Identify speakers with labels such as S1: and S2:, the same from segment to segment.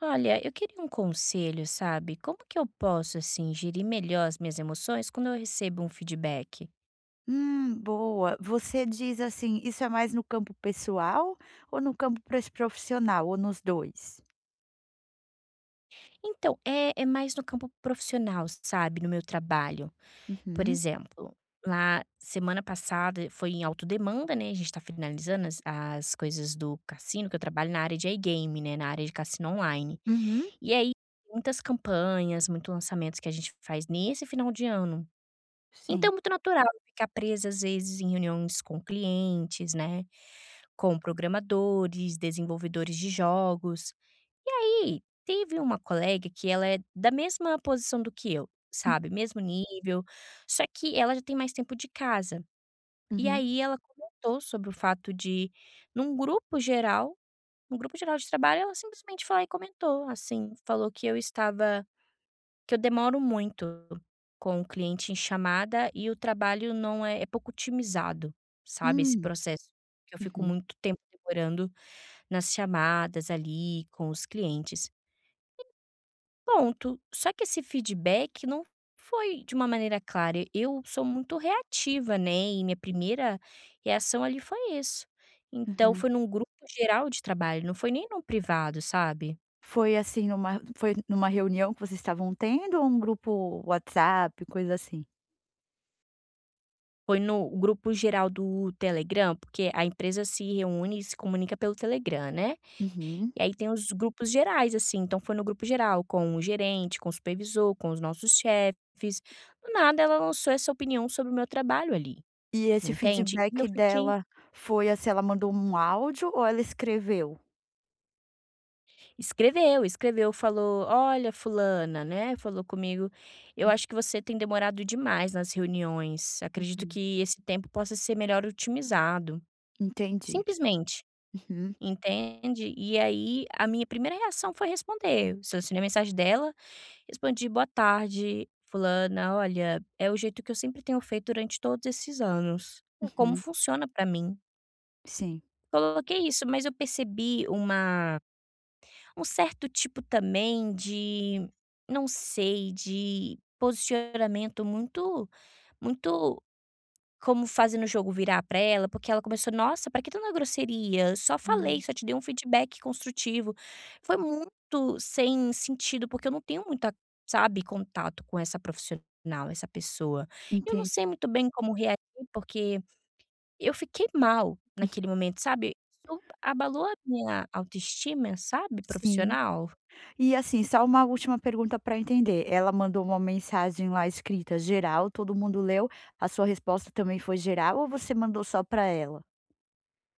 S1: Olha, eu queria um conselho, sabe? Como que eu posso, assim, gerir melhor as minhas emoções quando eu recebo um feedback?
S2: Boa. Você diz assim, isso é mais no campo pessoal ou no campo profissional, ou nos dois?
S1: Então, é mais no campo profissional, sabe? No meu trabalho. Por
S2: Uhum,
S1: exemplo, lá semana passada foi em alta demanda, né? A gente tá finalizando as coisas do cassino, que eu trabalho na área de iGame, né? Na área de cassino online.
S2: uhum,
S1: E aí, muitas campanhas, muitos lançamentos que a gente faz nesse final de ano. Então,
S2: sim.
S1: é muito natural ficar presa, às vezes, em reuniões com clientes, né? Com programadores, desenvolvedores de jogos. E aí, teve uma colega que ela é da mesma posição do que eu,
S2: Hum,
S1: sabe, mesmo nível, só que ela já tem mais tempo de casa. E
S2: uhum,
S1: aí ela comentou sobre o fato de, num grupo geral num grupo geral de trabalho, ela simplesmente foi lá e comentou, assim, falou que eu demoro muito com o cliente em chamada e o trabalho não é é pouco otimizado, sabe, esse
S2: hum,
S1: processo, que eu fico
S2: uhum,
S1: muito tempo demorando nas chamadas ali com os clientes. Ponto. Só que esse feedback não foi de uma maneira clara. Eu sou muito reativa, né? E minha primeira reação ali foi isso. Então
S2: uhum.
S1: foi num grupo geral de trabalho, não foi nem num privado, sabe?
S2: Foi numa reunião que vocês estavam tendo ou um grupo WhatsApp, coisa assim?
S1: Foi no grupo geral do Telegram, porque a empresa se reúne e se comunica pelo Telegram, né?
S2: Uhum.
S1: E aí tem os grupos gerais, assim, então foi no grupo geral, com o gerente, com o supervisor, com os nossos chefes. Do nada ela lançou essa opinião sobre o meu trabalho ali,
S2: E esse
S1: entende? E eu
S2: feedback
S1: fiquei
S2: dela foi assim, ela mandou um áudio ou ela escreveu?
S1: escreveu, escreveu, falou: "Olha, fulana", né, falou comigo: "Eu acho que você tem demorado demais nas reuniões. Acredito
S2: Uhum,
S1: que esse tempo possa ser melhor otimizado".
S2: entendi.
S1: Simplesmente,
S2: Uhum,
S1: entende? E aí a minha primeira reação foi responder. Eu Selecionei a mensagem dela. Respondi: "Boa tarde, fulana. Olha, é o jeito que eu sempre tenho feito durante todos esses anos. É como
S2: uhum,
S1: funciona pra mim".
S2: sim.
S1: Coloquei isso, mas eu percebi uma um certo tipo também de, não sei, de posicionamento muito como fazendo o jogo virar pra ela, porque ela começou: "Nossa, pra que tanta grosseria? Eu só falei,
S2: Hum,
S1: só te dei um feedback construtivo". Foi muito sem sentido, porque eu não tenho muita, sabe, contato com essa profissional, essa pessoa. E eu não
S2: entendi.
S1: sei muito bem como reagir, porque eu fiquei mal naquele momento, sabe. Isso abalou a minha autoestima, sabe,
S2: Sim.
S1: profissional.
S2: E assim, só uma última pergunta para entender. Ela mandou uma mensagem lá escrita geral, todo mundo leu, a sua resposta também foi geral ou você mandou só para ela?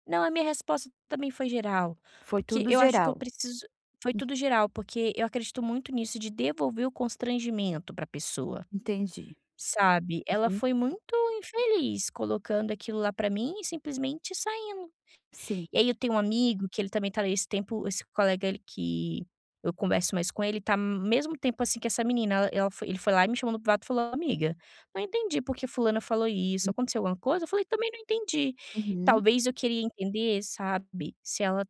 S1: Não, a minha resposta também foi geral,
S2: Foi
S1: porque
S2: tudo
S1: eu acho que eu
S2: geral.
S1: preciso foi tudo geral, porque eu acredito muito nisso de devolver o constrangimento para a pessoa,
S2: Entendi.
S1: sabe. Ela
S2: Uhum.
S1: foi muito infeliz colocando aquilo lá para mim e simplesmente saindo.
S2: Sim.
S1: E aí eu tenho um amigo que ele também tá nesse tempo esse colega ele que eu converso mais com ele, tá mesmo tempo, assim, que essa menina, ela ela foi ele foi lá e me chamou no privado e falou: "Amiga, não entendi porque fulana falou isso,
S2: Hum.
S1: aconteceu alguma coisa?" Eu falei: "Também não entendi."
S2: Uhum,
S1: Talvez eu queria entender, sabe, se ela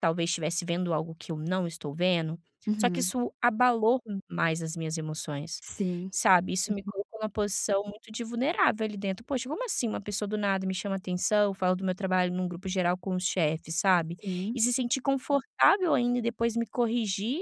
S1: talvez estivesse vendo algo que eu não estou vendo, só que
S2: uhum.
S1: isso abalou mais as minhas emoções.
S2: Sim,
S1: Sabe, isso me
S2: uhum,
S1: colocou numa posição muito de vulnerável ali dentro. "Poxa, como assim uma pessoa do nada me chama atenção, fala do meu trabalho num grupo geral com os chefes", sabe.
S2: sim.
S1: E se sentir confortável ainda e depois me corrigir,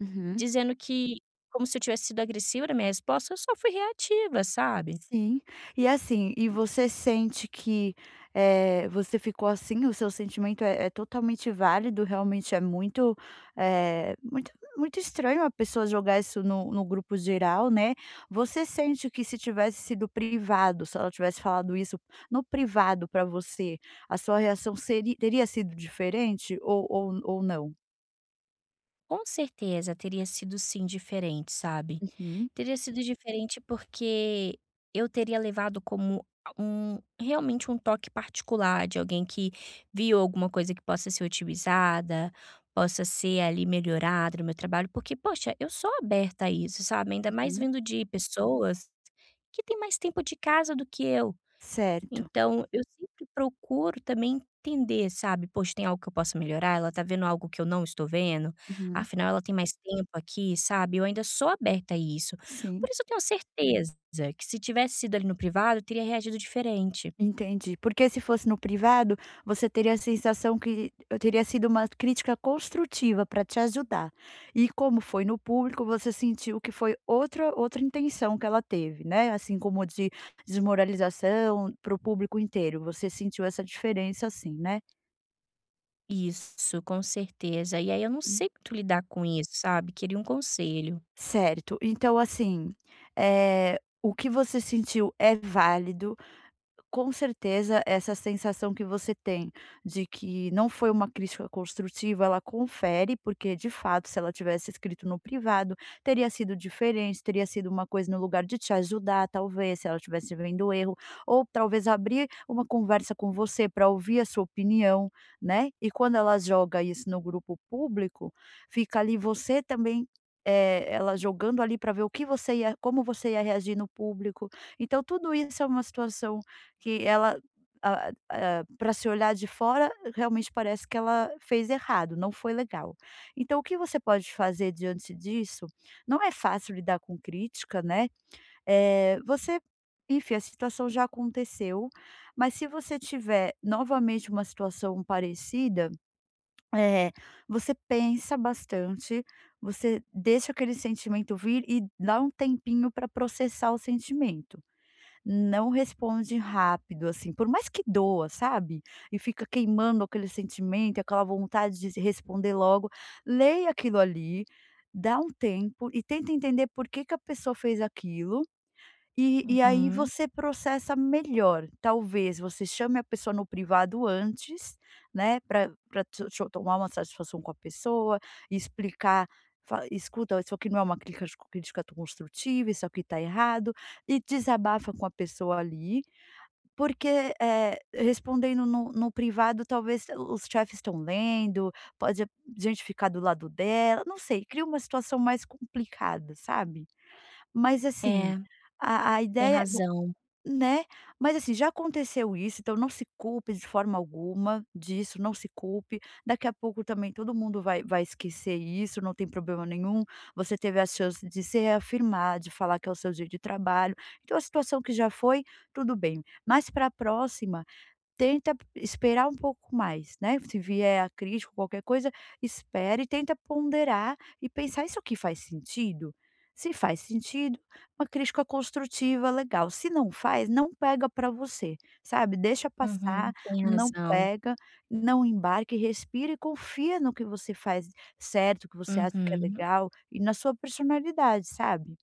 S2: Uhum.
S1: dizendo que como se eu tivesse sido agressiva na minha resposta, eu só fui reativa, sabe.
S2: Sim. E assim, e você sente que, você ficou assim, o seu sentimento é totalmente válido, realmente é muito, muito muito estranho a pessoa jogar isso no grupo geral, né. Você sente que se tivesse sido privado, se ela tivesse falado isso no privado para você, a sua reação seria teria sido diferente ou não?
S1: Com certeza teria sido sim diferente, sabe.
S2: Uhum.
S1: Teria sido diferente porque eu teria levado como um realmente um toque particular de alguém que viu alguma coisa que possa ser otimizada, possa ser ali melhorada no meu trabalho, porque poxa, eu sou aberta a isso, sabe, ainda mais
S2: Uhum.
S1: vindo de pessoas que têm mais tempo de casa do que eu.
S2: Certo.
S1: Então, eu sempre procuro também entender, sabe, "Poxa, tem algo que eu possa melhorar? Ela tá vendo algo que eu não estou vendo?
S2: Uhum.
S1: Afinal, ela tem mais tempo aqui", sabe. Eu ainda sou aberta a isso. Por
S2: Sim.
S1: isso eu tenho certeza que se tivesse sido ali no privado, eu teria reagido diferente.
S2: Entendi, porque se fosse no privado, você teria a sensação que eu teria sido uma crítica construtiva para te ajudar. E como foi no público, você sentiu que foi outra intenção que ela teve, né, assim como de desmoralização para o público inteiro, você sentiu essa diferença assim, né?
S1: Isso, com certeza. E aí eu não
S2: Hum.
S1: sei muito lidar com isso, sabe. Queria um conselho.
S2: Certo, então assim, o que você sentiu é válido. Com certeza, essa sensação que você tem de que não foi uma crítica construtiva, ela confere, porque de fato, se ela tivesse escrito no privado, teria sido diferente, teria sido uma coisa no lugar de te ajudar, talvez, se ela estivesse vendo o erro, ou talvez abrir uma conversa com você para ouvir a sua opinião, né? E quando ela joga isso no grupo público, fica ali você também. Ela jogando ali para ver o que você ia, como você ia reagir no público. Então tudo isso é uma situação que ela para se olhar de fora, realmente parece que ela fez errado, não foi legal. Então o que você pode fazer diante disso? Não é fácil lidar com crítica, né, eh, você enfim, a situação já aconteceu, mas se você tiver novamente uma situação parecida, eh, você pensa bastante, você deixa aquele sentimento vir e dá um tempinho para processar o sentimento, não responde rápido, assim, por mais que doa, sabe, e fica queimando aquele sentimento, aquela vontade de responder logo, leia aquilo ali, dá um tempo e tenta entender por que que a pessoa fez aquilo e aí
S1: Uhum.
S2: você processa melhor. Talvez você chame a pessoa no privado antes, né, para pra tomar uma satisfação com a pessoa, explicar, fa "Escuta, isso aqui não é uma crítica construtiva, isso aqui está errado", e desabafa com a pessoa ali, porque, respondendo no privado talvez os chefes estão lendo, pode a gente ficar do lado dela, não sei, cria uma situação mais complicada, sabe. Mas assim,
S1: É,
S2: a
S1: tem
S2: ideia
S1: razão.
S2: né, mas assim, já aconteceu isso, então não se culpe de forma alguma disso, não se culpe. Daqui a pouco também todo mundo vai esquecer isso, não tem problema nenhum. Você teve a chance de se reafirmar, de falar que é o seu dia de trabalho. Então a situação que já foi, tudo bem. Mas para a próxima, tenta esperar um pouco mais, né, se vier a crítica ou qualquer coisa, espera e tenta ponderar e pensar: "Isso aqui faz sentido?". Se faz sentido, uma crítica construtiva, legal, se não faz, não pega para você, sabe, deixa passar,
S1: Uhum, tem
S2: não
S1: razão.
S2: pega, não embarque, respira e confia no que você faz certo, que você acha que é
S1: Uhum.
S2: legal e na sua personalidade, sabe.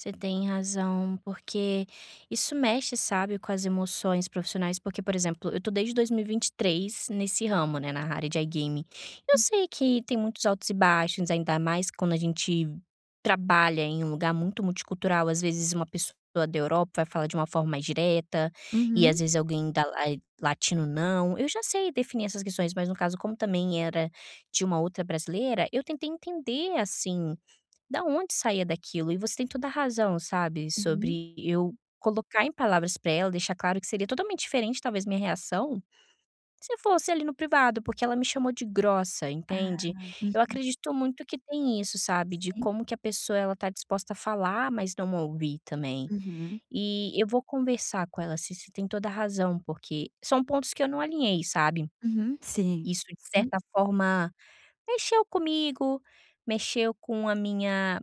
S1: Você tem razão, porque isso mexe, sabe, com as emoções profissionais, porque, por exemplo, eu tô desde 2023 nesse ramo, né, na área de iGaming. Eu
S2: Hum,
S1: sei que tem muitos altos e baixos, ainda mais quando a gente trabalha em um lugar muito multicultural, às vezes uma pessoa da Europa vai falar de uma forma mais direta, e às
S2: uhum,
S1: vezes alguém latino não. Eu já sei definir essas questões, mas no caso, como também era de uma outra brasileira, eu tentei entender assim da onde saía daquilo. E você tem toda a razão, sabe,
S2: uhum.
S1: sobre eu colocar em palavras pra ela, deixar claro que seria totalmente diferente, talvez, minha reação, se fosse ali no privado, porque ela me chamou de grossa,
S2: Ah,
S1: entende. Eu
S2: uhum,
S1: acredito muito que tem isso, sabe, de
S2: sim.
S1: como que a pessoa ela tá disposta a falar, mas não ouvir também.
S2: Uhum,
S1: E eu vou conversar com ela, se você tem toda a razão, porque são pontos que eu não alinhei, sabe.
S2: uhum, sim.
S1: Isso, de
S2: Hum.
S1: certa forma, mexeu comigo, mexeu com a minha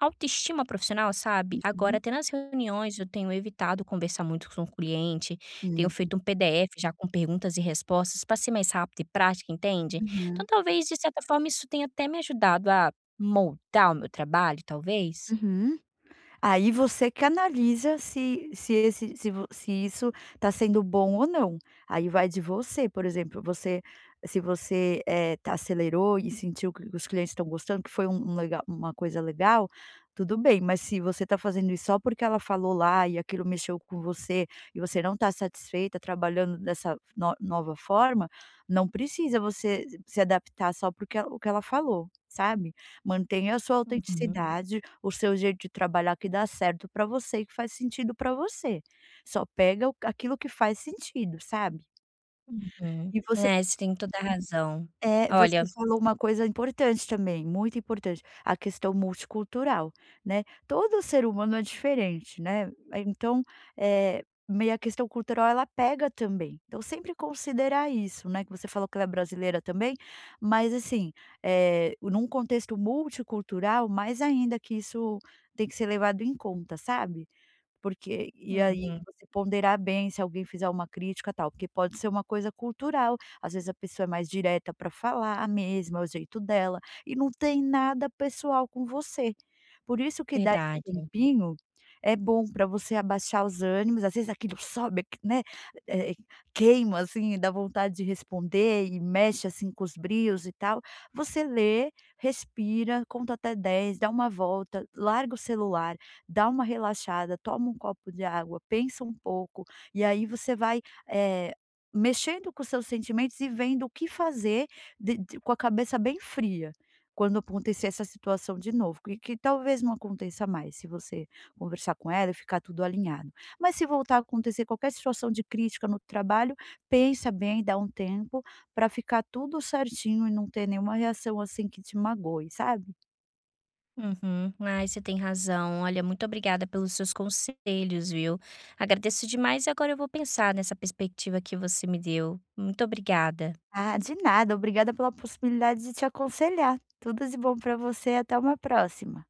S1: autoestima profissional, sabe? Agora
S2: Uhum,
S1: até nas reuniões eu tenho evitado conversar muito com o cliente, tenho
S2: hum,
S1: feito um PDF já com perguntas e respostas para ser mais rápido e prática, entende? Então
S2: uhum,
S1: talvez, de certa forma, isso tenha até me ajudado a moldar o meu trabalho, talvez?
S2: uhum. Aí você que analisa se se esse se vo se isso está sendo bom ou não. Aí vai de você, por exemplo, você se você, tá, acelerou e sentiu que os clientes estão gostando, que foi um um legal uma coisa legal, tudo bem, mas se você está fazendo isso só porque ela falou lá e aquilo mexeu com você e você não está satisfeita trabalhando dessa nova forma, não precisa você se adaptar só porque o que ela falou, sabe? Mantenha a sua
S1: Uhum,
S2: autenticidade, o seu jeito de trabalhar que dá certo para você e que faz sentido para você. Só pega o aquilo que faz sentido, sabe.
S1: uhum.
S2: E você
S1: É, você tem toda a razão.
S2: é, você
S1: Olha,
S2: falou uma coisa importante também, muito importante, a questão multicultural, né. Todo ser humano é diferente, né, então, é meio a questão cultural ela pega também. Então sempre considerar isso, né, que você falou que ela é brasileira também, mas assim, é num contexto multicultural, mais ainda que isso tem que ser levado em conta, sabe. Porque e aí
S1: uhum,
S2: você ponderar bem se alguém fizer uma crítica tal, porque pode ser uma coisa cultural, às vezes a pessoa é mais direta para falar mesmo, é o jeito dela, e não tem nada pessoal com você. Por isso que dar esse
S1: verdade.
S2: tempinho é bom para você abaixar os ânimos, às vezes aquilo sobe, aqui né, eh, eh, queima assim, dá vontade de responder e mexe assim com os brios e tal. Você lê, respira, conta até 10, dá uma volta, larga o celular, dá uma relaxada, toma um copo de água, pensa um pouco, e aí você vai, eh, mexendo com os seus sentimentos e vendo o que fazer de com a cabeça bem fria, quando acontecer essa situação de novo, que talvez não aconteça mais, se você conversar com ela e ficar tudo alinhado. Mas se voltar a acontecer qualquer situação de crítica no trabalho, pensa bem, dá um tempo para ficar tudo certinho e não ter nenhuma reação, assim, que te magoe, sabe?
S1: Uhum. Ai, você tem razão. Olha, muito obrigada pelos seus conselhos, viu? Agradeço demais e agora eu vou pensar nessa perspectiva que você me deu. Muito obrigada.
S2: Ah, de nada. Obrigada pela possibilidade de te aconselhar. Tudo de bom para você. Até uma próxima.